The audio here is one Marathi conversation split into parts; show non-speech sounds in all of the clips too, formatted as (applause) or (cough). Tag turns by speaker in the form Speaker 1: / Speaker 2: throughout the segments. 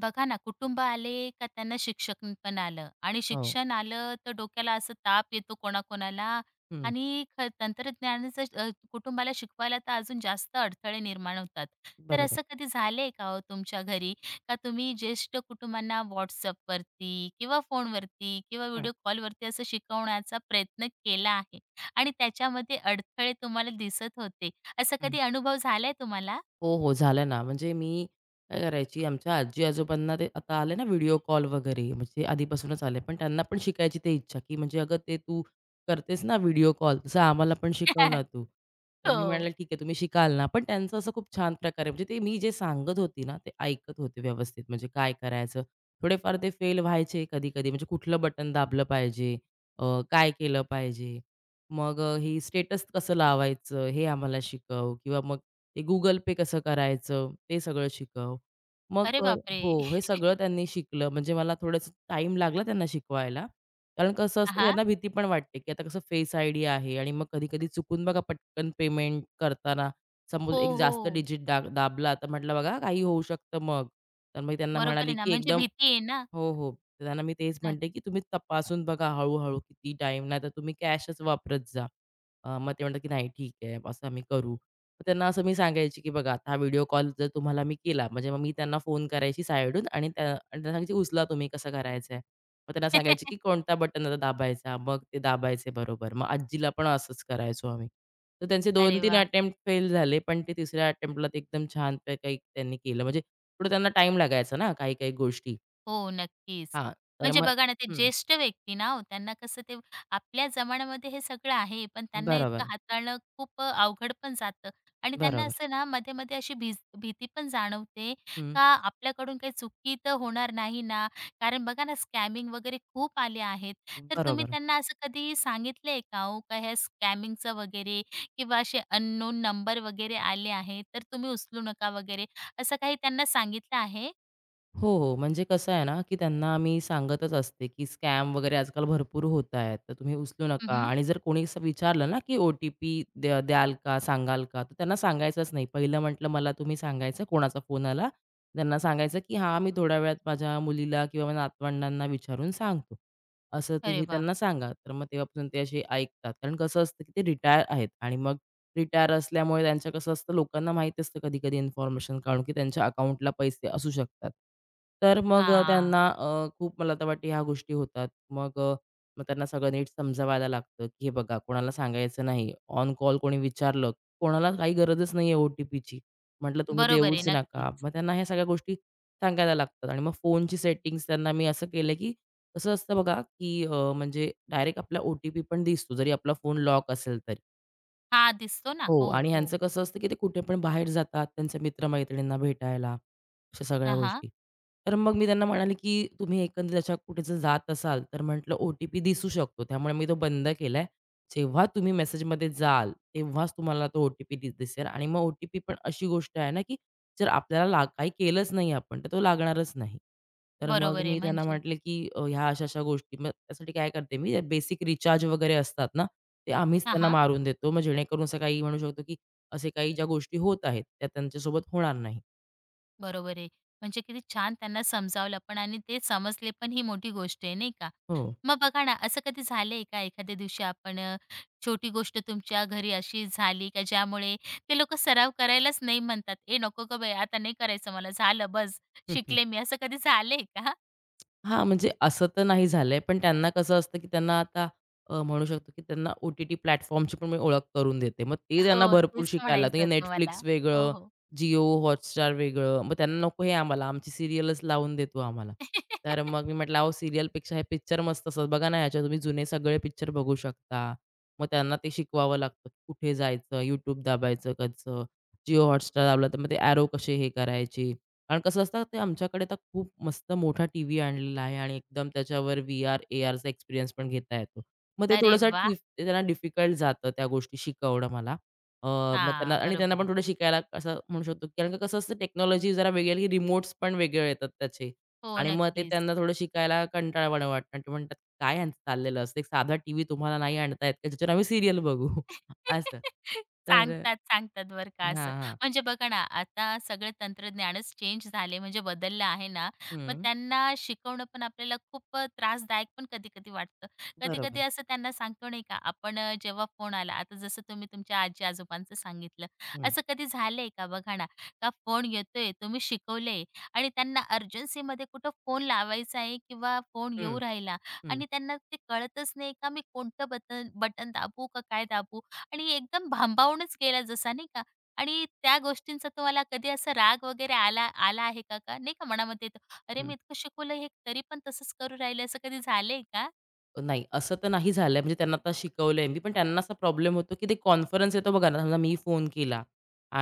Speaker 1: बघा ना, कुटुंब आले का त्यांना शिक्षण पण आलं आणि
Speaker 2: हो.
Speaker 1: शिक्षण आलं तर डोक्याला असं ताप येतो कोणाकोणाला
Speaker 2: हं.
Speaker 1: आणि तंत्रज्ञानाचं कुटुंबाला शिकवायला तर अजून जास्त अडथळे निर्माण होतात. तर
Speaker 2: बरोबर.
Speaker 1: असं कधी झालंय का हो तुमच्या घरी? का तुम्ही ज्येष्ठ कुटुंबांना WhatsAppवरती किंवा फोनवरती किंवा
Speaker 2: हं,
Speaker 1: व्हिडिओ कॉलवरती असं शिकवण्याचा प्रयत्न केला आहे आणि त्याच्यामध्ये अडथळे तुम्हाला दिसत होते. असा
Speaker 2: हं.
Speaker 1: कधी अनुभव झालाय तुम्हाला?
Speaker 2: हो, हो. झालं ना. म्हणजे मी काय करायची, आमच्या आजी-आजोबांना ते आता आले ना व्हिडिओ कॉल वगैरे, म्हणजे आधीपासूनच आले. पण त्यांना पण शिकायची ते इच्छा, की म्हणजे "अगं, ते तू करतेस ना व्हिडिओ कॉल, तसं आम्हाला पण शिकव ना
Speaker 1: (laughs)
Speaker 2: तू." तर मी
Speaker 1: हो.
Speaker 2: म्हणाले, "ठीक आहे, तुम्ही शिकाल ना." पण त्यांचं असं खूप छान प्रकारे म्हणजे ते मी जे सांगत होती ना, ते ऐकत होते व्यवस्थित. म्हणजे काय करायचं. थोडेफार ते फेल व्हायचे कधी-कधी. म्हणजे कुठलं बटन दाबलं पाहिजे, अ, काय केलं पाहिजे, मग हे स्टेटस कसं लावायचं, हे आम्हाला शिकव किंवा मग ते Google पे कसं करायचं, ते सगळं शिकव. मग
Speaker 1: अरे बापरे!
Speaker 2: हो, हे सगळं त्यांनी शिकलं. म्हणजे मला थोडंसं टाइम लागला त्यांना शिकवायला. कारण कसं असतं
Speaker 1: हां,
Speaker 2: त्यांना भीती पण वाटते, की आता कसं फेस आयडी आहे आणि मग कधी-कधी चुकून बघा पटकन पेमेंट करताना समोर
Speaker 1: हो,
Speaker 2: एक जास्त
Speaker 1: हो.
Speaker 2: डिजिट दाबला, तर म्हटलं बघा काही होऊ शकतं मग. तर मग त्यांना
Speaker 1: बरोबर आहे
Speaker 2: म्हणाली,
Speaker 1: ना,
Speaker 2: की
Speaker 1: म्हणजे
Speaker 2: एकदम
Speaker 1: भीती आहे ना.
Speaker 2: हो, हो. तर त्यांना मी तेच म्हणते,
Speaker 1: नक्की.
Speaker 2: की तुम्ही तपासून बघा हळू-हळू किती टाईम, नाहीतर तुम्ही कॅशच वापरत जा. मग ते म्हणतात, की "नाही ठीक आहे, असं आम्ही करू." मग त्यांना असं मी सांगायची, की "बघा आता हा व्हिडिओ कॉल जर तुम्हाला मी केला" म्हणजे मग मी त्यांना फोन करायची साइडहून आणि त्यांना सांगायची, "उचला तुम्ही, कसं करायचं आहे?" मग त्यांना सांगायची, की
Speaker 1: (laughs)
Speaker 2: "कोणता बटन आता दाबायचा?" मग ते दाबायचे बरोबर. मग आजीला पण असंच करायचो आम्ही. तर त्यांचे
Speaker 1: अरे
Speaker 2: 2-3
Speaker 1: वाह!
Speaker 2: अटेम्प्ट फेल झाले, पण ते तिसऱ्या अटेम्प्टला एकदम छान काही त्यांनी केलं. म्हणजे थोडं त्यांना टाईम लागायचा ना काही-काही गोष्टी.
Speaker 1: हो, नक्कीच.
Speaker 2: हां, तर
Speaker 1: म्हणजे
Speaker 2: मग
Speaker 1: बघा ना, ते
Speaker 2: हं,
Speaker 1: ज्येष्ठ व्यक्ती ना हो, त्यांना कसं ते आपल्या जमान्यामध्ये हे सगळं आहे, पण त्यांना इतकं
Speaker 2: बरोबर,
Speaker 1: हाताळणं खूप अवघड पण जातं आणि त्यांना
Speaker 2: बरोबर.
Speaker 1: असं ना मध्ये-मध्ये अशी भीती पण जाणवते
Speaker 2: हं,
Speaker 1: का आपल्याकडून काही चुकी तर होणार नाही ना? कारण बघा ना, स्कॅमिंग वगैरे खूप आले आहेत. तर तुम्ही
Speaker 2: बरोबर.
Speaker 1: त्यांना असं कधी सांगितलंय का हो, का ह्या स्कॅमिंगचं वगैरे किंवा असे अननोन नंबर वगैरे आले आहेत, तर तुम्ही उचलू नका वगैरे असं काही त्यांना सांगितलं आहे?
Speaker 2: हो, हो. म्हणजे कसं आहे ना, की त्यांना मी सांगतच असते, की स्कॅम वगैरे आजकाल भरपूर होत आहेत, तर तुम्ही उचलू नका
Speaker 1: हं,
Speaker 2: आणि जर कोणी असं विचारलं ना, की ओ-टी-पी द्याल का, सांगाल का? तर त्यांना सांगायचंच नाही. पहिलं म्हटलं, मला तुम्ही सांगायचं कोणाचा फोन आला, त्यांना सांगायचं, की हां, मी थोड्या वेळात माझ्या मुलीला किंवा माझ्या नातवंडांना विचारून सांगतो. असं
Speaker 1: अरे
Speaker 2: तुम्ही
Speaker 1: वाह!
Speaker 2: त्यांना सांगा. तर मग तेव्हापासून ते असे ऐकतात. कारण कसं असतं, की ते रिटायर आहेत आणि मग रिटायर असल्यामुळे त्यांचं कसं असतं लोकांना माहिती असतं कधी-कधी इन्फॉर्मेशन काढून, की त्यांच्या अकाउंटला पैसे असू शकतात. तर मग
Speaker 1: हां,
Speaker 2: त्यांना खूप मला तर वाटते ह्या गोष्टी होतात. मग मग त्यांना सगळं नीट समजवायला लागतं, की हे बघा कोणाला सांगायचं नाही. ऑन कॉल कोणी विचारलं, कोणाला काही गरजच नाहीये ओ-टी-पीची. म्हटलं तुम्ही
Speaker 1: बरोबर आहे.
Speaker 2: देऊच नका.
Speaker 1: नक्कीच.
Speaker 2: मग त्यांना ह्या सगळ्या गोष्टी सांगायला लागतात आणि मग फोनची सेटिंग्ज त्यांना मी असं केलं, की कसं असतं बघा, की म्हणजे डायरेक्ट आपला ओ-टी-पी पण दिसतो जरी आपला फोन लॉक असेल तरी.
Speaker 1: हां, दिसतो ना.
Speaker 2: हो
Speaker 1: हो,
Speaker 2: आणि
Speaker 1: हो.
Speaker 2: ह्यांचं कसं असतं, की ते कुठे पण बाहेर जातात, त्यांच्या मित्र-मैत्रिणींना भेटायला, अशा सगळ्या
Speaker 1: हां, हां.
Speaker 2: गोष्टी. तर मग मी त्यांना म्हणाले, की तुम्ही एकंदरीत अशा कुठे जर जात असाल, तर म्हटलं ओ-टी-पी दिसू शकतो. त्यामुळे मी तो बंद केलाय. जेव्हा तुम्ही मेसेजमध्ये जाल, तेव्हाच तुम्हाला तो ओ-टी-पी दिसेल आणि मग ओ-टी-पी पण अशी गोष्ट आहे ना, की जर आपल्याला काही केलंच नाही आपण, तर तो लागणारच नाही. तर मग
Speaker 1: बरोबर आहे.
Speaker 2: मी त्यांना
Speaker 1: म्हणजे
Speaker 2: म्हटले, की ह्या अशा-अशा गोष्टी मग त्यासाठी काय करते मी बेसिक रिचार्ज वगैरे असतात ना, ते आम्हीच
Speaker 1: हां,
Speaker 2: त्यांना
Speaker 1: हां.
Speaker 2: मारून देतो. मग जेणेकरून असं काही म्हणू शकतो, की असे काही ज्या गोष्टी होत आहेत, त्या त्यांच्यासोबत होणार नाही.
Speaker 1: बरोबर आहे. म्हणजे किती छान त्यांना समजावलं पण आणि ते समजले पण ही मोठी गोष्ट आहे, नाही का?
Speaker 2: हो.
Speaker 1: मग बघा ना, असं कधी झालंय का एखाद्या दिवशी आपण छोटी गोष्ट तुमच्या घरी अशी झाली का ज्यामुळे ते लोकं सराव करायलाच नाही म्हणतात, "ए नको गं बाई, आता नाही करायचं मला. झालं बस, शिकले मी." असं कधी झालंय का?
Speaker 2: हां, म्हणजे असं तर नाही झालंय, पण त्यांना कसं असतं, की त्यांना आता म्हणू शकतो, की त्यांना ओ-टी-टी प्लॅटफॉर्मची पण मी ओळख करून देते. मग ते
Speaker 1: (laughs)
Speaker 2: त्यांना
Speaker 1: हो,
Speaker 2: भरपूर
Speaker 1: तेच
Speaker 2: शिकायला लागतं,
Speaker 1: म्हणायचं
Speaker 2: की
Speaker 1: होतं मला.
Speaker 2: Netflix
Speaker 1: हो,
Speaker 2: वेगळं,
Speaker 1: हो.
Speaker 2: Jio Hotstar वेगळं. मग त्यांना नको हे आम्हाला, आमची सीरियलच लावून दे आम्हाला. तर मग
Speaker 1: (laughs)
Speaker 2: मी म्हटलं, "अहो सीरियलपेक्षा हे पिक्चर मस्त असतात. बघा ना ह्याच्यावर तुम्ही जुने सगळे पिक्चर बघू शकता." मग त्यांना ते शिकवावं लागतं, कुठे जायचं, YouTube दाबायचं कसं, Jio Hotstar दाबलं तर मग ते एरो कसे हे करायचे. कारण कसं असतं ते आमच्याकडे तर खूप मस्त मोठा टीव्ही आणलेला आहे आणि एकदम त्याच्यावर व्हीआर, एआरचा एक्सपिरियन्स पण घेता येतो. मग ते
Speaker 1: अरे
Speaker 2: थोडंसं
Speaker 1: वाह!
Speaker 2: ते त्यांना डिफिकल्ट जातं त्या गोष्टी शिकवणं मला. अ, मग त्यांना
Speaker 1: हां,
Speaker 2: आणि त्यांना
Speaker 1: बरोबर
Speaker 2: पण
Speaker 1: आहे.
Speaker 2: थोडं शिकायला असं म्हणू शकतो, कारण की कसं असतं टेक्नॉलॉजी जरा वेगळी आली, रिमोट्स पण वेगळे येतात त्याचे
Speaker 1: हो,
Speaker 2: आणि मग ते
Speaker 1: नक्कीच.
Speaker 2: त्यांना थोडं शिकायला कंटाळवाणं वाटतं आणि ते म्हणतात, "काय ह्यांचं चाललेलं असतं? एक साधा टीव्ही तुम्हाला नाही आणता येत का ज्याच्यावर आम्ही सीरियल बघू?" (laughs) असं.
Speaker 1: (laughs)
Speaker 2: तर
Speaker 1: सांगतात, सांगतात बरं का असं.
Speaker 2: हां, हां.
Speaker 1: म्हणजे बघा ना, आता सगळं तंत्रज्ञानच चेंज झाले म्हणजे बदललं आहे ना, मग त्यांना शिकवणं पण आपल्याला खूप त्रासदायक पण कधी-कधी वाटतं. कधी-कधी
Speaker 2: बरोबर.
Speaker 1: असं त्यांना सांगतो नाही का, आपण जेव्हा फोन आला, आता जसं तुम्ही तुमच्या आजी-आजोबांचं सांगितलं,
Speaker 2: हं,
Speaker 1: असं कधी झालंय का बघा ना, का फोन येतोय, तुम्ही शिकवलंय आणि त्यांना अर्जन्सीमध्ये कुठं फोन लावायचा आहे किंवा फोन
Speaker 2: हं,
Speaker 1: येऊ राहिला
Speaker 2: हं,
Speaker 1: आणि त्यांना ते कळतच नाही का मी कोणतं बटन बटन दाबू का काय दाबू? आणि एकदम भांबावूनच गेला जसा नाही का आणि त्या गोष्टींचा तुम्हाला कधी असा राग वगैरे आला आला आहे का का? नाही का मनामध्ये येतो, "अरे,
Speaker 2: हं.
Speaker 1: मी इतकं शिकवलं हे तरी पण तसंच करू राहिले." असं कधी झालंय का?
Speaker 2: नाही, असं तर नाही झालंय म्हणजे त्यांना आता शिकवलंय मी, पण त्यांना असा प्रॉब्लेम होतो, की ते कॉन्फरन्स येतो बघा ना, समजा मी फोन केला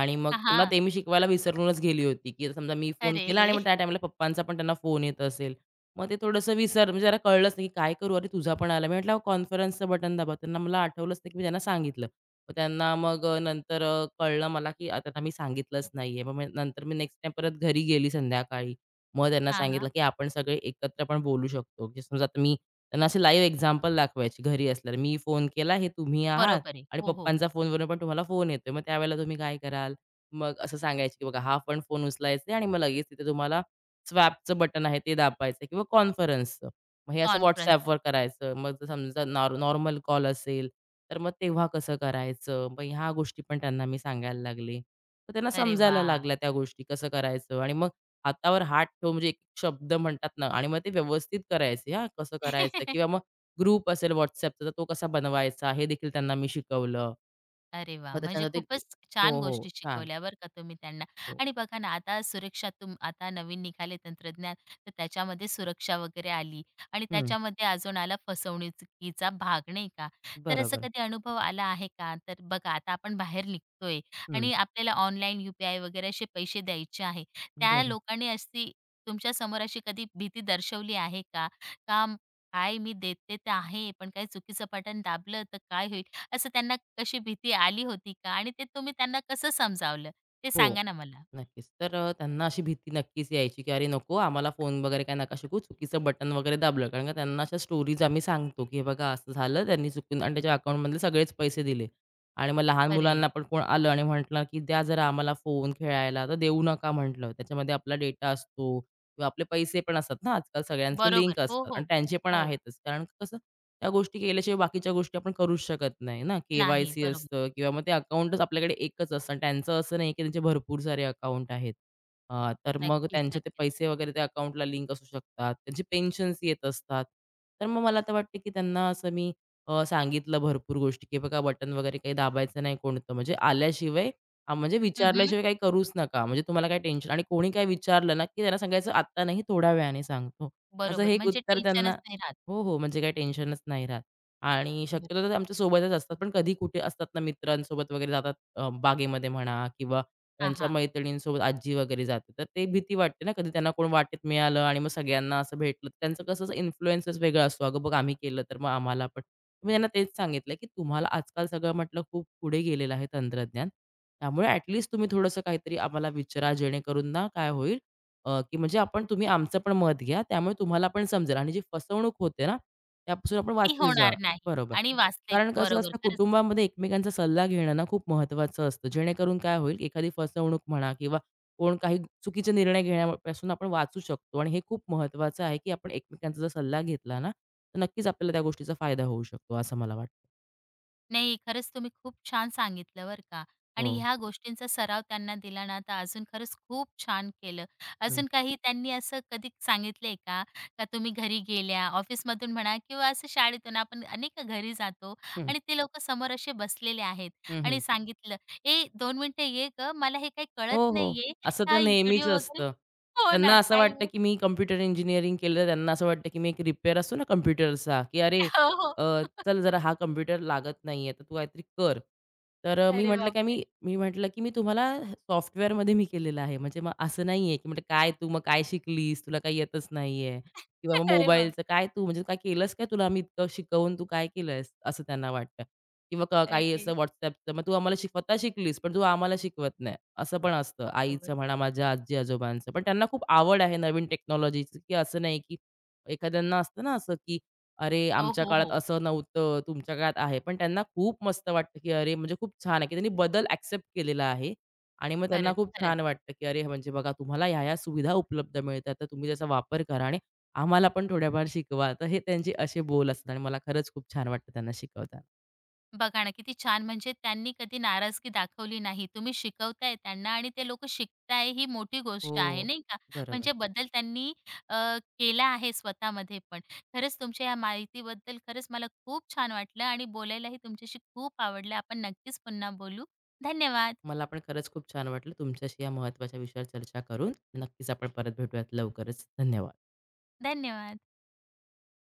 Speaker 2: आणि मग
Speaker 1: हां,
Speaker 2: त्यांना
Speaker 1: हां.
Speaker 2: ते मी शिकवायला विसरूनच गेली होती, की समजा मी फोन केला आणि
Speaker 1: अरे!
Speaker 2: मग त्या टाईमला पप्पांचा पण त्यांना फोन येत असेल. मग ते थोडंसं म्हणजे त्याला कळलंच नाही, की काय करू? अरे, तुझा पण आला. मी म्हटलं, कॉन्फरन्सचं बटन दाबा." त्यांना मला आठवलंच नाही, की मी त्यांना सांगितलं. मग त्यांना मग नंतर कळलं मला, की आता त्यांना मी सांगितलंच नाहीये. मग मी नंतर मी नेक्स्ट टाईम परत घरी गेली संध्याकाळी. मग त्यांना
Speaker 1: हां, हां.
Speaker 2: सांगितलं, की आपण सगळे एकत्र पण बोलू शकतो. म्हणजे समजा आता मी त्यांना असे लाईव्ह एक्झाम्पल दाखवायची घरी असल्यावर. मी फोन केला, हे तुम्ही आहात
Speaker 1: बरोबर आहे.
Speaker 2: आणि
Speaker 1: हो, हो.
Speaker 2: पप्पांचा फोनवरून पण तुम्हाला फोन येतोय. मग त्यावेळेला तुम्ही काय कराल? मग असं सांगायचे, की बघा हा पण फोन उचलायचा आणि मग लगेच तिथे तुम्हाला स्वॅपचं बटन आहे ते दाबायचं किंवा कॉन्फरन्सचं. मग हे असं
Speaker 1: कॉन्फरन्स.
Speaker 2: WhatsAppवर करायचं. मग जर समजा नॉर्मल कॉल असेल, तर मग तेव्हा कसं करायचं? मग ह्या गोष्टी पण त्यांना मी सांगायला लागले. तर त्यांना
Speaker 1: अरे
Speaker 2: समजायला
Speaker 1: वाह!
Speaker 2: लागल्या त्या गोष्टी कसं करायचं आणि मग हातावर हात ठेवून म्हणजे एक शब्द म्हणतात ना आणि मग ते व्यवस्थित करायचे हां, कसं करायचं किंवा
Speaker 1: (laughs)
Speaker 2: मग ग्रुप असेल WhatsAppचा तर तो कसा बनवायचा हे देखील त्यांना मी शिकवलं.
Speaker 1: अरे वा,
Speaker 2: मग
Speaker 1: म्हणजे
Speaker 2: त्याच्यानंतर ते
Speaker 1: खूपच
Speaker 2: हो,
Speaker 1: छान
Speaker 2: हो.
Speaker 1: गोष्टी
Speaker 2: छान.
Speaker 1: शिकवल्या बरं का तुम्ही त्यांना.
Speaker 2: हो.
Speaker 1: आणि बघा ना, आता सुरक्षा आता नवीन निघाले तंत्रज्ञान, तर त्याच्यामध्ये सुरक्षा वगैरे आली आणि
Speaker 2: हं.
Speaker 1: त्याच्यामध्ये अजून आला फसवणुकीचा भाग, नाही का? तर असा
Speaker 2: बरोबर.
Speaker 1: कधी अनुभव आला आहे का? तर बघा, आता आपण बाहेर निघतोय
Speaker 2: हं.
Speaker 1: आणि आपल्याला ऑनलाईन वगैरे असे पैसे द्यायचे आहे. त्या
Speaker 2: बरं.
Speaker 1: लोकांनी अशी तुमच्यासमोर अशी कधी भीती दर्शवली आहे का? का काय मी देते तर आहे, पण काही चुकीचं बटन दाबलं तर काय होईल? असं त्यांना कशी भीती आली होती का? आणि ते तुम्ही त्यांना कसं समजावलं? ते
Speaker 2: हो.
Speaker 1: सांगा ना मला.
Speaker 2: नक्कीच. तर त्यांना अशी भीती नक्कीच यायची, की "अरे नको, आम्हाला फोन वगैरे काय नका शिकवू, चुकीचं बटन वगैरे दाबलं." कारण का त्यांना अशा स्टोरीज आम्ही सांगतो, की "हे बघा असं झालं, त्यांनी चुकून" आणि त्याच्या अकाउंटमधले सगळेच पैसे दिले. आणि मग लहान
Speaker 1: अरे!
Speaker 2: मुलांना पण कोण आलं आणि म्हटलं, की "द्या जरा आम्हाला फोन खेळायला." तर देऊ नका म्हटलं. त्याच्यामध्ये आपला डेटा असतो किंवा आपले पैसे पण असतात ना, आजकाल सगळ्यांचे
Speaker 1: बरोबर.
Speaker 2: लिंक
Speaker 1: हो,
Speaker 2: असतात
Speaker 1: हो.
Speaker 2: आणि त्यांचे पण
Speaker 1: हो.
Speaker 2: आहेतच. कारण कसं त्या गोष्टी केल्याशिवाय बाकीच्या गोष्टी आपण करूच शकत नाही ना,
Speaker 1: नाही.
Speaker 2: के-वाय-सी
Speaker 1: बरोबर.
Speaker 2: असतं किंवा मग ते अकाउंटच आपल्याकडे एकच असतं आणि त्यांचं असं नाही, की त्यांचे भरपूर सारे अकाउंट आहेत. तर मग
Speaker 1: नक्कीच,
Speaker 2: त्यांचे ते
Speaker 1: नक्कीच.
Speaker 2: पैसे वगैरे त्या अकाउंटला लिंक असू शकतात. त्यांचे पेन्शन्स येत असतात. तर मग मला तर वाटतं, की त्यांना असं मी सांगितलं भरपूर गोष्टी, की बघा बटन वगैरे काही दाबायचं नाही कोणतं. म्हणजे आल्याशिवाय म्हणजे
Speaker 1: हं, हं.
Speaker 2: विचारल्याशिवाय काही करूच नका. म्हणजे तुम्हाला काही टेन्शन आणि कोणी काही विचारलं ना, की त्यांना सांगायचं, "आत्ता नाही, थोड्या वेळाने सांगतो." असं हे
Speaker 1: बरोबर.
Speaker 2: एक
Speaker 1: म्हणजे
Speaker 2: उत्तर त्यांना
Speaker 1: टेन्शनच नाही राहत.
Speaker 2: हो, हो. म्हणजे काही टेन्शनच नाही राहत. आणि
Speaker 1: बरोबर.
Speaker 2: शक्यतो तर ते आमच्या सोबतच असतात. पण कधी कुठे असतात ना मित्रांसोबत वगैरे जातात बागेमध्ये म्हणा किंवा
Speaker 1: हां,
Speaker 2: त्यांच्या
Speaker 1: हां.
Speaker 2: मैत्रिणींसोबत आजी वगैरे जाते. तर ते भीती वाटते ना कधी त्यांना कोण वाटेत मिळालं आणि मग सगळ्यांना असं भेटलं. त्यांचं कसं असं इन्फ्लुअन्सच असतो. "अगं बघ आम्ही केलं तर मग आम्हाला पण." मी त्यांना तेच सांगितलं, की तुम्हाला आजकाल सगळं म्हटलं खूप पुढे गेलेलं आहे तंत्रज्ञान. त्यामुळे तुम्ही थोडंसं काहीतरी आम्हाला विचारा जेणेकरून ना काय होईल की म्हणजे आपण तुम्ही आमचं पण मत घ्या, त्यामुळे तुम्हाला पण समजेल आणि जी फसवणूक होते ना, त्यापासून आपण
Speaker 1: ती
Speaker 2: वाचले जा.
Speaker 1: होणार नाही
Speaker 2: बरोबर.
Speaker 1: आणि वाचले
Speaker 2: कारण कसं
Speaker 1: बरोबर.
Speaker 2: असतं
Speaker 1: खरंच.
Speaker 2: कुटुंबामध्ये एकमेकांचा सल्ला घेणं ना खूप महत्त्वाचं असतं. जेणेकरून काय होईल, एखादी फसवणूक म्हणा किंवा कोण काही चुकीचे निर्णय घेण्यापासून आपण वाचू शकतो आणि हे खूप महत्त्वाचं आहे, की आपण एकमेकांचा जर सल्ला घेतला ना, तर नक्कीच आपल्याला त्या गोष्टीचा फायदा होऊ शकतो, असं मला वाटतं.
Speaker 1: नाही, खरंच तुम्ही खूप छान सांगितलं बरं का आणि
Speaker 2: हो.
Speaker 1: ह्या गोष्टींचा सराव त्यांना दिला ना, तर अजून खरंच खूप छान केलं.
Speaker 2: हं, हं.
Speaker 1: अजून काही त्यांनी असं कधी सांगितलंय का? का तुम्ही घरी गेल्या, ऑफिसमधून म्हणा किंवा असं शाळेतून आपण नाही का घरी जातो आणि ते लोकं समोर असे बसलेले आहेत
Speaker 2: हं,
Speaker 1: आणि
Speaker 2: हं.
Speaker 1: सांगितलं, "ए, 2 मिनिटं ये गं, मला हे काही
Speaker 2: हो,
Speaker 1: कळत
Speaker 2: हो.
Speaker 1: नाहीये,
Speaker 2: असं तर
Speaker 1: हा
Speaker 2: नेहमीच
Speaker 1: व्हिडिओ वगैरे"
Speaker 2: असतं.
Speaker 1: हो ना,
Speaker 2: त्यांना असं
Speaker 1: काही
Speaker 2: वाटतं,
Speaker 1: हो,
Speaker 2: की मी कॉम्प्युटर इंजिनिअरिंग केलं, त्यांना असं वाटतं, की मी एक रिपेअर असतो ना कॉम्प्युटरचा, की "अरे,
Speaker 1: हो.
Speaker 2: अ,
Speaker 1: (laughs)
Speaker 2: चल जरा हा कॉम्प्युटर लागत नाहीये, तर तू काहीतरी कर." तर मी
Speaker 1: अरे
Speaker 2: म्हटलं, "काय
Speaker 1: बापरे!
Speaker 2: मी" मी म्हटलं, "की मी तुम्हाला सॉफ्टवेअरमध्ये मी केलेलं आहे. म्हणजे मग असं नाहीये, की म्हटलं काय तू मग काय शिकलीस? तुला काही येतच नाहीये किंवा मग
Speaker 1: अरे बापरे!
Speaker 2: मोबाईलचं काय तू म्हणजे काय केलंस काय? तुला आम्ही इतकं शिकवून तू काय केलंस?" असं त्यांना वाटतं. किंवा काही
Speaker 1: अरे!
Speaker 2: असं WhatsAppचं, मग तू आम्हाला स्वतः शिकलीस, पण तू आम्हाला शिकवत नाही. असं पण असतं
Speaker 1: बरोबर.
Speaker 2: आईचं म्हणा, माझ्या आजी-आजोबांचं. पण त्यांना खूप आवड आहे नवीन टेक्नॉलॉजीची, की असं नाही, की एखाद्यांना असतं ना असं, की "अरे,
Speaker 1: हो,
Speaker 2: आमच्या
Speaker 1: हो,
Speaker 2: काळात
Speaker 1: हो.
Speaker 2: असं नव्हतं, तुमच्या काळात आहे." पण त्यांना खूप मस्त वाटतं, की अरे, म्हणजे खूप छान आहे, की त्यांनी बदल एक्सेप्ट केलेला आहे आणि मग त्यांना
Speaker 1: खरंच,
Speaker 2: खूप
Speaker 1: खरंच.
Speaker 2: छान वाटतं, की "अरे, म्हणजे बघा तुम्हाला ह्या-ह्या सुविधा उपलब्ध मिळतात, तर तुम्ही त्याचा वापर करा आणि आम्हाला पण थोड्याफार शिकवा." तर हे त्यांचे असे बोल असतात आणि मला खरंच खूप छान वाटतं त्यांना शिकवताना.
Speaker 1: बघा ना किती छान म्हणजे त्यांनी कधी नाराजगी दाखवली नाही. तुम्ही शिकवताय त्यांना आणि ते लोकं शिकताय ही मोठी गोष्ट आहे
Speaker 2: हो,
Speaker 1: नाही का?
Speaker 2: बरोबर.
Speaker 1: म्हणजे बदल त्यांनी अ, केला आहे स्वतःमध्ये पण. खरंच तुमच्या या माहितीबद्दल खरंच मला खूप छान वाटलं आणि बोलायलाही तुमच्याशी खूप आवडलं. आपण नक्कीच पुन्हा बोलू. धन्यवाद.
Speaker 2: मला पण खरंच खूप छान वाटलं तुमच्याशी या महत्त्वाच्या विषयावर चर्चा करून. नक्कीच आपण परत भेटूयात लवकरच. धन्यवाद.
Speaker 1: धन्यवाद.